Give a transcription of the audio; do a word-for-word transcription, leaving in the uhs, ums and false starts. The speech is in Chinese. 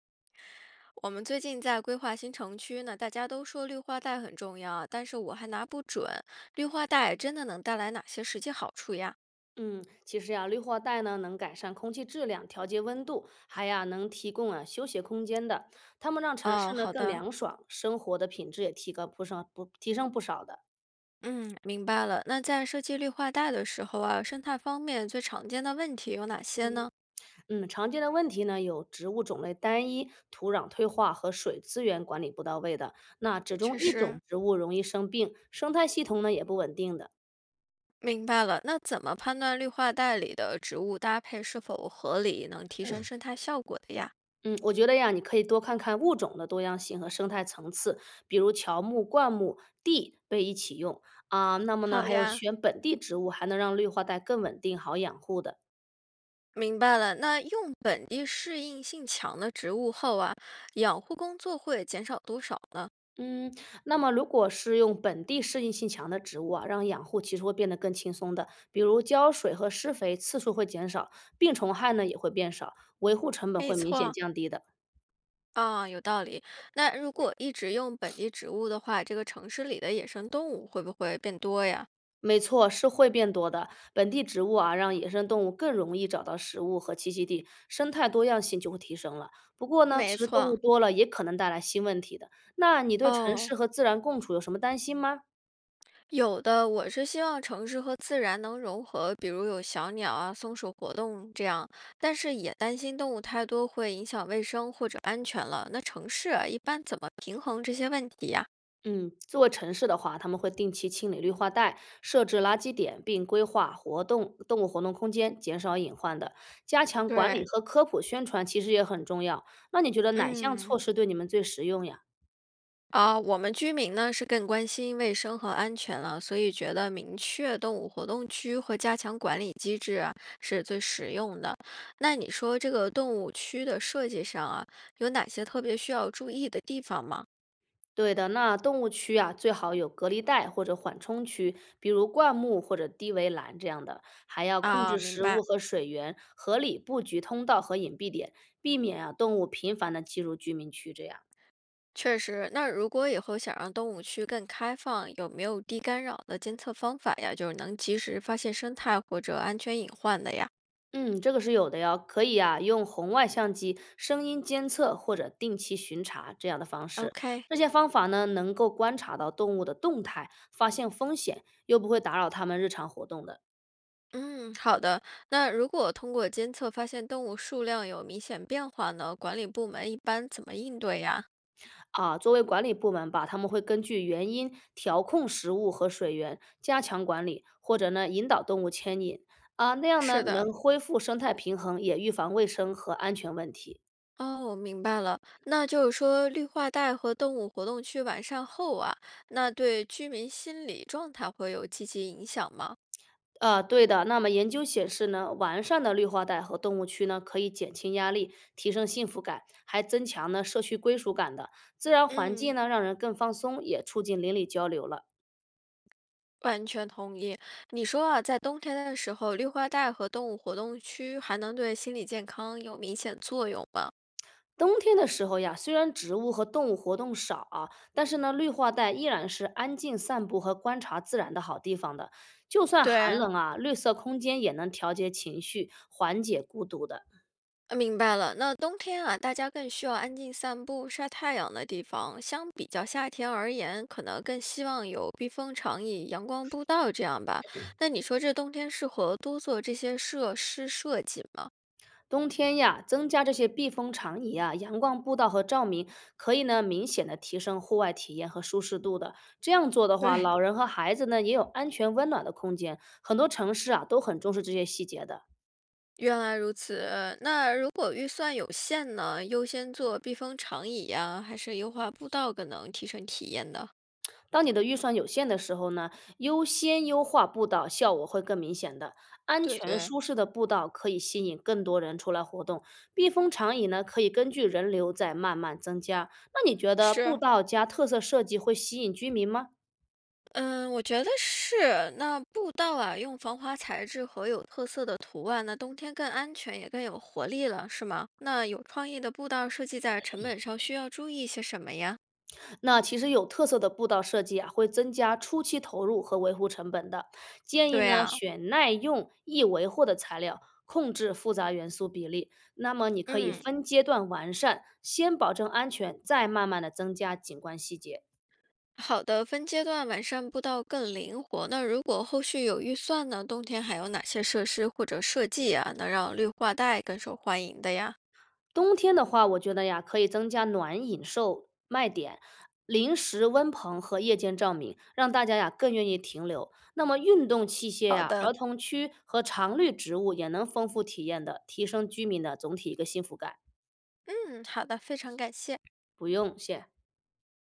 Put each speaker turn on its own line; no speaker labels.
我们最近在规划新城区呢，大家都说绿化带很重要，但是我还拿不准绿化带真的能带来哪些实际好处呀？
嗯，其实呀，绿化带呢能改善空气质量，调节温度，还呀能提供啊休闲空间的。它们让城
哦，
市呢
好
更
的，
凉爽，生活的品质也提高不少不提升不少的。
嗯，明白了。那在设计绿化带的时候啊，生态方面最常见的问题有哪些呢？
嗯，常见的问题呢有植物种类单一、土壤退化和水资源管理不到位的。那只种
确
一
实，
种植物容易生病，生态系统呢也不稳定的。
明白了。那怎么判断绿化带里的植物搭配是否合理，能提升生态效果的呀？
嗯，我觉得呀，你可以多看看物种的多样性和生态层次，比如乔木、灌木、地被一起用啊。那么呢，
好
还有
呀，
选本地植物，还能让绿化带更稳定、好养护的。
明白了。那用本地适应性强的植物后啊，养护工作会减少多少呢？
嗯，那么如果是用本地适应性强的植物啊，让养护其实会变得更轻松的，比如浇水和施肥次数会减少，病虫害呢也会变少，维护成本
没
会明显
错，
降低的。
啊，有道理。那如果一直用本地植物的话，这个城市里的野生动物会不会变多呀？
没错，是会变多的。本地植物啊，让野生动物更容易找到食物和栖息地，生态多样性就会提升了。不过呢，其
没
实动物
错，
多了也可能带来新问题的。那你对城
哦，
市和自然共处有什么担心吗？
有的。我是希望城市和自然能融合，比如有小鸟啊、松鼠活动这样，但是也担心动物太多会影响卫生或者安全了。那城市啊一般怎么平衡这些问题呀？
嗯，作为城市的话，他们会定期清理绿化带，设置垃圾点，并规划活动动物活动空间，减少隐患的。加强管
对，
理和科普宣传其实也很重要。那你觉得哪项
嗯。
措施对你们最实用呀？
啊，我们居民呢是更关心卫生和安全了，所以觉得明确动物活动区和加强管理机制啊是最实用的。那你说这个动物区的设计上啊，有哪些特别需要注意的地方吗？
对的，那动物区啊，最好有隔离带或者缓冲区，比如灌木或者低围栏这样的，还要控
啊，
制
明
食
白，
物和水源，合理布局通道和隐蔽点，避免啊动物频繁的进入居民区这样。
确实。那如果以后想让动物区更开放，有没有低干扰的监测方法呀？就是能及时发现生态或者安全隐患的呀
嗯，这个是有的哟，可以啊，用红外相机、声音监测或者定期巡查这样的方式。
？OK。
这些方法呢，能够观察到动物的动态，发现风险，又不会打扰它们日常活动的。
嗯，好的。那如果通过监测发现动物数量有明显变化呢，管理部门一般怎么应对呀？
啊，作为管理部门吧，他们会根据原因调控食物和水源，加强管理，或者呢引导动物牵引啊，那样呢
是的，
能恢复生态平衡，也预防卫生和安全问题。
哦，我明白了。那就是说，绿化带和动物活动区完善后啊，那对居民心理状态会有积极影响吗？
啊，对的。那么研究显示呢，完善的绿化带和动物区呢，可以减轻压力，提升幸福感，还增强呢社区归属感的。自然环
嗯，
境呢，让人更放松，也促进邻里交流了。
完全同意。你说啊，在冬天的时候，绿化带和动物活动区还能对心理健康有明显作用吗？
冬天的时候呀，虽然植物和动物活动少啊，但是呢，绿化带依然是安静散步和观察自然的好地方的。就算寒
对，
冷啊，绿色空间也能调节情绪，缓解孤独的。
呃明白了，那冬天啊，大家更需要安静散步、晒太阳的地方。相比较夏天而言，可能更希望有避风长椅、阳光步道这样吧。那你说这冬天适合多做这些设施设计吗？
冬天呀，增加这些避风长椅啊、阳光步道和照明，可以呢明显的提升户外体验和舒适度的。这样做的话，
对，
老人和孩子呢也有安全温暖的空间。很多城市啊都很重视这些细节的。
原来如此，那如果预算有限呢，优先做避风长椅呀、还是优化步道更能提升体验的？
当你的预算有限的时候呢，优先优化步道效果会更明显的。安
对
全
对，
舒适的步道可以吸引更多人出来活动，避风长椅呢可以根据人流再慢慢增加。那你觉得步
是
道加特色设计会吸引居民吗？
嗯，我觉得是。那步道啊，用防滑材质和有特色的图案，那冬天更安全，也更有活力了，是吗？那有创意的步道设计在成本上需要注意些什么呀？
那其实有特色的步道设计啊，会增加初期投入和维护成本的。建议
对
呢，
啊，
选耐用、易维护的材料，控制复杂元素比例。那么你可以
嗯，
分阶段完善，先保证安全，再慢慢的增加景观细节。
好的，分阶段完善步道更灵活。那如果后续有预算呢，冬天还有哪些设施或者设计啊，能让绿化带更受欢迎的呀？
冬天的话，我觉得呀，可以增加暖饮售卖点、临时温棚和夜间照明，让大家呀更愿意停留。那么运动器械
好
呀、
的，
儿童区和常绿植物也能丰富体验的，提升居民的总体一个幸福感。
嗯，好的，非常感谢。
不用谢。